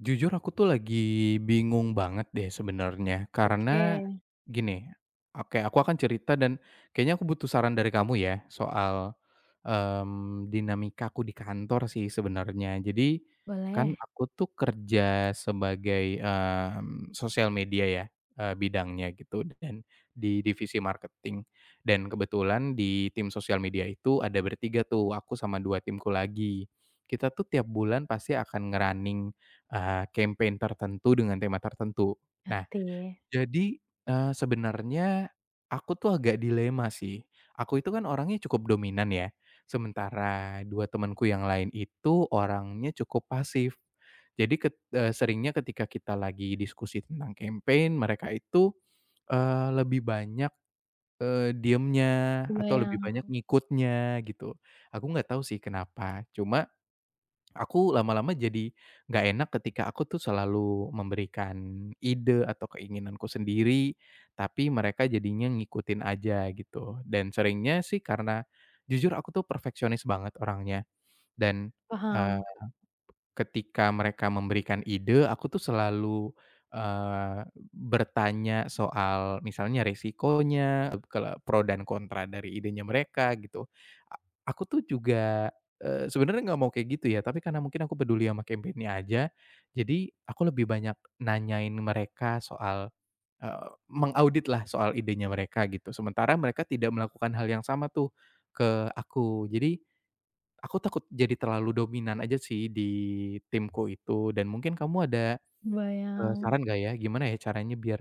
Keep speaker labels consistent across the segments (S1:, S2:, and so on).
S1: Jujur aku tuh lagi bingung banget deh sebenarnya, karena
S2: Oke,
S1: gini, oke aku akan cerita dan kayaknya aku butuh saran dari kamu ya soal, dinamika aku di kantor sih sebenarnya. Jadi, kan
S2: boleh.
S1: aku tuh kerja sebagai, sosial media ya, bidangnya gitu dan di divisi marketing. Dan kebetulan di tim sosial media itu ada bertiga tuh, aku sama 2 timku lagi. Kita tuh tiap bulan pasti akan ngerunning campaign tertentu dengan tema tertentu. Nah,
S2: Ngerti.
S1: jadi, sebenarnya aku tuh agak dilema sih. Aku itu kan orangnya cukup dominan ya, sementara 2 temanku yang lain itu orangnya cukup pasif. Jadi, seringnya ketika kita lagi diskusi tentang campaign, mereka itu, lebih banyak, diamnya atau lebih
S2: Kebayang,
S1: banyak ngikutnya gitu. Aku nggak tahu sih kenapa, cuma aku lama-lama jadi nggak enak ketika aku tuh selalu memberikan ide atau keinginanku sendiri, tapi mereka jadinya ngikutin aja gitu. Dan seringnya sih karena jujur aku tuh perfeksionis banget orangnya dan,
S2: paham,
S1: ketika mereka memberikan ide, aku tuh selalu, bertanya soal misalnya resikonya, kalau pro dan kontra dari idenya mereka gitu. A aku tuh juga, sebenarnya nggak mau kayak gitu ya, tapi karena mungkin aku peduli sama campaign-nya aja, jadi aku lebih banyak nanyain mereka soal, mengaudit lah soal idenya mereka gitu. Sementara mereka tidak melakukan hal yang sama tuh ke aku. Jadi aku takut jadi terlalu dominan aja sih di timku itu dan mungkin kamu ada,
S2: kebayang.
S1: saran nggak ya gimana ya caranya biar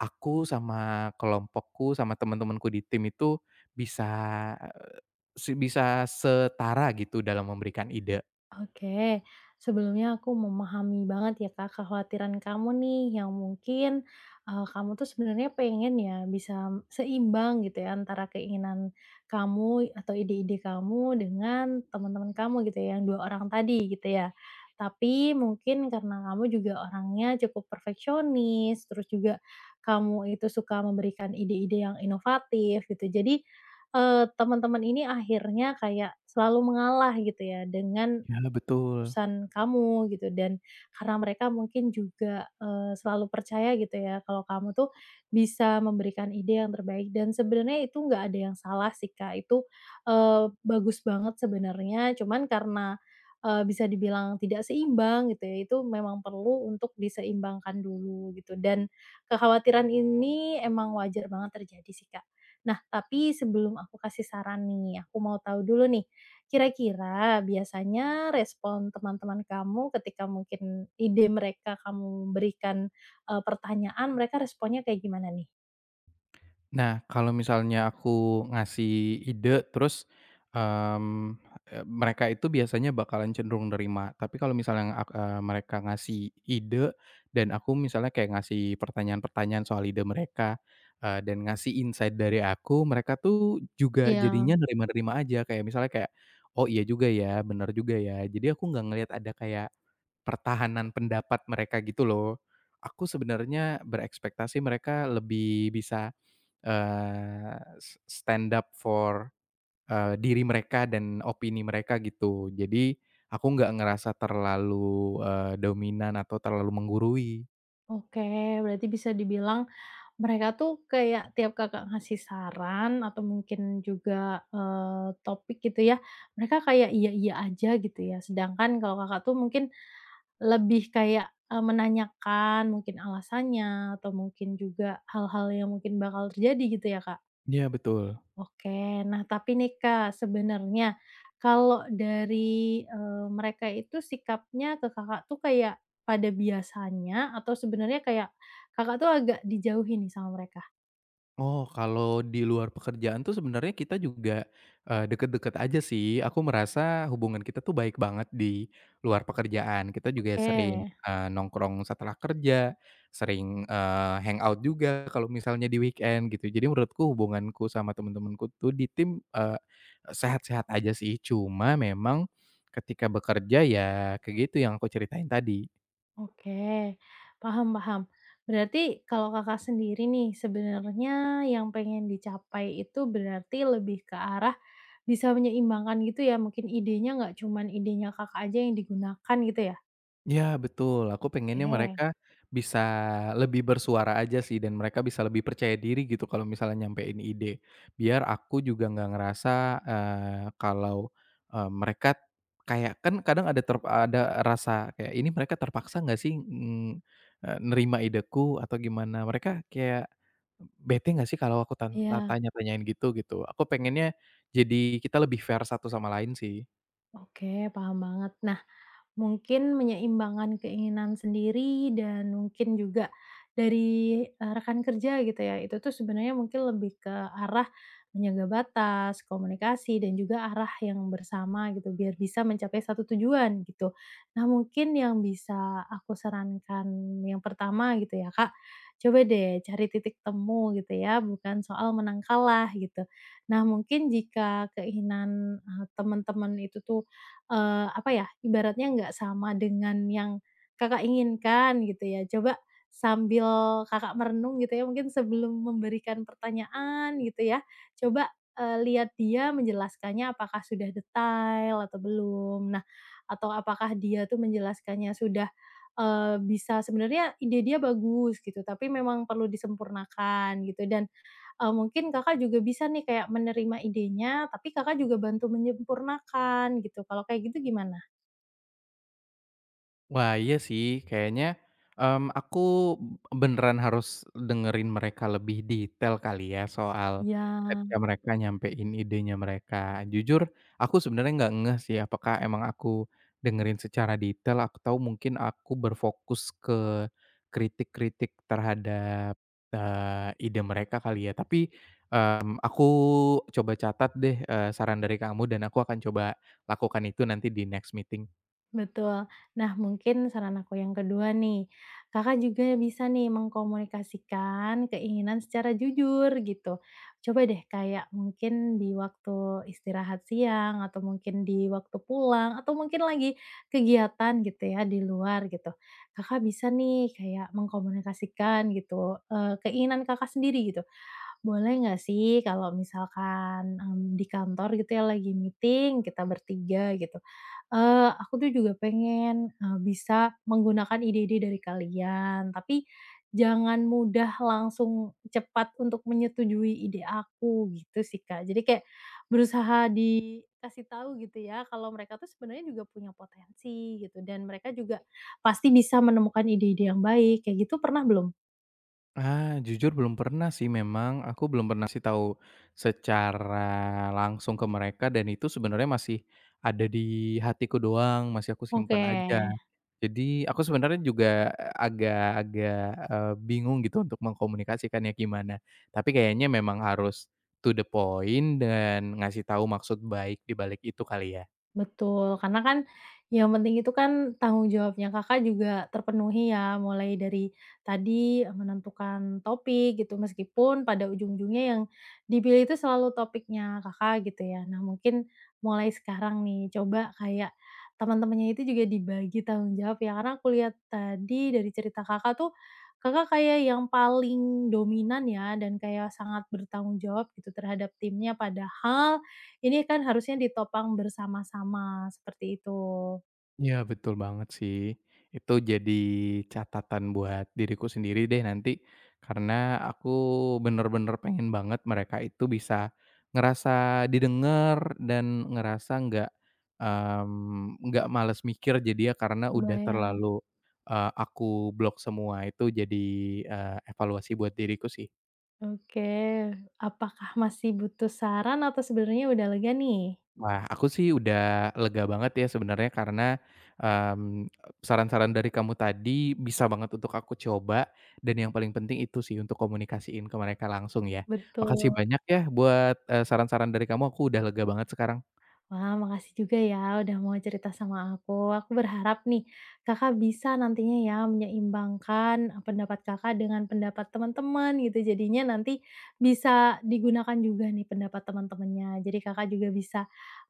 S1: aku sama kelompokku sama teman-temanku di tim itu bisa, eee, bisa setara gitu dalam memberikan ide.
S2: Oke, sebelumnya aku memahami banget ya Kak kekhawatiran kamu nih yang mungkin, kamu tuh sebenarnya pengen ya bisa seimbang gitu ya antara keinginan kamu atau ide-ide kamu dengan teman-teman kamu gitu ya yang 2 orang tadi gitu ya. Tapi mungkin karena kamu juga orangnya cukup perfeksionis, terus juga kamu itu suka memberikan ide-ide yang inovatif gitu. Jadi, teman-teman ini akhirnya kayak selalu mengalah gitu ya dengan
S1: Ya betul.
S2: keputusan kamu gitu dan karena mereka mungkin juga, selalu percaya gitu ya kalau kamu tuh bisa memberikan ide yang terbaik dan sebenarnya itu nggak ada yang salah sih, Kak, itu, bagus banget sebenarnya cuman karena, bisa dibilang tidak seimbang gitu ya itu memang perlu untuk diseimbangkan dulu gitu dan kekhawatiran ini emang wajar banget terjadi sih, Kak. Nah tapi sebelum aku kasih saran nih aku mau tahu dulu nih, kira-kira biasanya respon teman-teman kamu ketika mungkin ide mereka kamu berikan, pertanyaan, mereka responnya kayak gimana nih?
S1: Nah, kalau misalnya aku ngasih ide terus, mmm, mereka itu biasanya bakalan cenderung nerima. Tapi kalau misalnya mereka ngasih ide dan aku misalnya kayak ngasih pertanyaan-pertanyaan soal ide mereka, dan ngasih insight dari aku, mereka tuh juga
S2: Iya,
S1: jadinya nerima-nerima aja. Kayak misalnya kayak, "Oh iya juga ya, bener juga ya." Jadi aku nggak ngelihat ada kayak pertahanan pendapat mereka gitu loh. Aku sebenarnya berekspektasi mereka lebih bisa Eee, s stand up for, diri mereka dan opini mereka gitu. Jadi aku nggak ngerasa terlalu, dominan atau terlalu menggurui.
S2: oke. Berarti bisa dibilang mereka tuh kayak tiap Kakak ngasih saran atau mungkin juga, topik gitu ya, mereka kayak iya-iya aja gitu ya. Sedangkan kalau Kakak tuh mungkin lebih kayak, menanyakan mungkin alasannya atau mungkin juga hal-hal yang mungkin bakal terjadi gitu ya, Kak?
S1: Iya betul.
S2: Oke. Nah, tapi nih, Kak, sebenarnya kalau dari, mereka itu sikapnya ke Kakak tuh kayak pada biasanya atau sebenarnya kayak Kakak tuh agak dijauhi nih sama mereka?
S1: Oh, kalau di luar pekerjaan tuh sebenarnya kita juga, deket-deket aja sih. Aku merasa hubungan kita tuh baik banget di luar pekerjaan. Kita juga
S2: Oke
S1: sering, nongkrong setelah kerja, sering, hangout juga kalau misalnya di weekend gitu. Jadi menurutku hubunganku sama temen-temenku tuh di tim, sehat-sehat aja sih. Cuma memang ketika bekerja ya kayak gitu yang aku ceritain tadi.
S2: oke, paham paham. Berarti kalau Kakak sendiri nih sebenarnya yang pengen dicapai itu berarti lebih ke arah bisa menyeimbangkan gitu ya, mungkin idenya nggak cuman idenya Kakak aja yang digunakan gitu ya?
S1: Iya betul, aku pengennya
S2: Oke.
S1: mereka bisa lebih bersuara aja sih dan mereka bisa lebih percaya diri gitu kalau misalnya nyampein ide. Biar aku juga nggak ngerasa, kalau, mereka kayak kan kadang ada rasa kayak, "Ini mereka terpaksa nggak sih, nerima ideku?" Atau gimana. Mereka kayak bete nggak sih kalau aku
S2: Iya.
S1: tanya-tanyain gitu, gitu. Aku pengennya jadi kita lebih fair satu sama lain sih.
S2: Oke, paham banget. Nah, mungkin menyeimbangkan keinginan sendiri dan mungkin juga dari, rekan kerja gitu ya, itu tuh sebenarnya mungkin lebih ke arah menjaga batas, komunikasi, dan juga arah yang bersama gitu, biar bisa mencapai satu tujuan gitu. Nah, mungkin yang bisa aku sarankan yang pertama gitu ya, Kak, coba deh cari titik temu gitu ya, bukan soal menang kalah gitu. Nah, mungkin jika keinginan, teman-teman itu tuh apa ya, ibaratnya nggak sama dengan yang Kakak inginkan gitu ya. Coba sambil Kakak merenung gitu ya, mungkin sebelum memberikan pertanyaan gitu ya, coba, lihat dia menjelaskannya apakah sudah detail atau belum. Nah, atau apakah dia tuh menjelaskannya sudah, bisa sebenarnya ide dia bagus gitu, tapi memang perlu disempurnakan gitu dan mungkin Kakak juga bisa nih kayak menerima idenya, tapi Kakak juga bantu menyempurnakan gitu, kalau kayak gitu gimana?
S1: Wah, iya sih kayaknya, aku beneran harus dengerin mereka lebih detail kali ya soal
S2: Ya
S1: ketika mereka nyampein idenya mereka. Jujur aku sebenarnya nggak ngeh sih apakah emang aku dengerin secara detail atau mungkin aku berfokus ke kritik-kritik terhadap, ide mereka kali ya. Tapi, aku coba catat deh, saran dari kamu dan aku akan coba lakukan itu nanti di next meeting.
S2: betul. Nah, mungkin saran aku yang kedua nih, Kakak juga bisa nih mengkomunikasikan keinginan secara jujur gitu. Coba deh kayak mungkin di waktu istirahat siang atau mungkin di waktu pulang atau mungkin lagi kegiatan gitu ya di luar gitu. Kakak bisa nih kayak mengkomunikasikan gitu, keinginan Kakak sendiri gitu. Boleh nggak sih kalau misalkan, di kantor gitu ya lagi meeting kita bertiga gitu, aku tuh juga pengen, bisa menggunakan ide-ide dari kalian, tapi jangan mudah langsung cepat untuk menyetujui ide aku gitu sih, Kak. Jadi kayak berusaha dikasih tahu gitu ya kalau mereka tuh sebenarnya juga punya potensi gitu dan mereka juga pasti bisa menemukan ide-ide yang baik, kayak gitu pernah belum?
S1: Ah, jujur belum pernah sih memang, aku belum pernah sih tahu secara langsung ke mereka dan itu sebenarnya masih ada di hatiku doang, masih aku
S2: Oke.
S1: simpen aja. Jadi aku sebenarnya juga agak-agak, bingung gitu untuk mengkomunikasikannya gimana. Tapi kayaknya memang harus to the point dan ngasih tahu maksud baik di balik itu kali ya?
S2: Betul, karena kan yang penting itu kan tanggung jawabnya Kakak juga terpenuhi ya, mulai dari tadi menentukan topik gitu, meskipun pada ujung-ujungnya yang dipilih itu selalu topiknya Kakak gitu ya. Nah mungkin mulai sekarang nih, coba kayak teman-temannya itu juga dibagi tanggung jawab ya, karena aku lihat tadi dari cerita Kakak tuh, Kakak kayak yang paling dominan ya dan kayak sangat bertanggung jawab gitu terhadap timnya, padahal ini kan harusnya ditopang bersama-sama, seperti itu.
S1: Iya, betul banget sih. Itu jadi catatan buat diriku sendiri deh nanti, karena aku bener-bener pengen banget mereka itu bisa ngerasa didengar dan ngerasa nggak, nggak males mikir jadi ya karena udah
S2: Kebayang,
S1: terlalu, aku blok semua. Itu jadi, evaluasi buat diriku sih.
S2: oke. Apakah masih butuh saran atau sebenarnya udah lega nih?
S1: Wah, aku sih udah lega banget ya sebenarnya karena, mmm, saran-saran dari kamu tadi bisa banget untuk aku coba, dan yang paling penting itu sih untuk komunikasiin ke mereka langsung ya. Makasih
S2: Betul.
S1: banyak ya buat, saran-saran dari kamu, aku udah lega banget sekarang.
S2: Wah, makasih juga ya udah mau cerita sama aku. Aku berharap nih Kakak bisa nantinya ya menyeimbangkan, pendapat Kakak dengan pendapat teman-teman gitu. Jadinya nanti bisa digunakan juga nih pendapat teman-temannya. Jadi Kakak juga bisa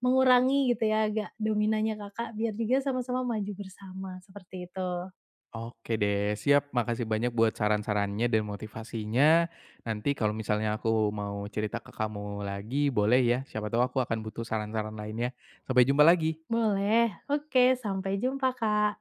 S2: mengurangi gitu ya agak dominannya Kakak biar juga sama-sama maju bersama, seperti itu.
S1: Oke deh, siap, makasih banyak buat saran-sarannya dan motivasinya. Nanti kalau misalnya aku mau cerita ke kamu lagi boleh ya, siapa tahu aku akan butuh saran-saran lainnya. Sampai jumpa lagi.
S2: Boleh, oke sampai jumpa, Kak.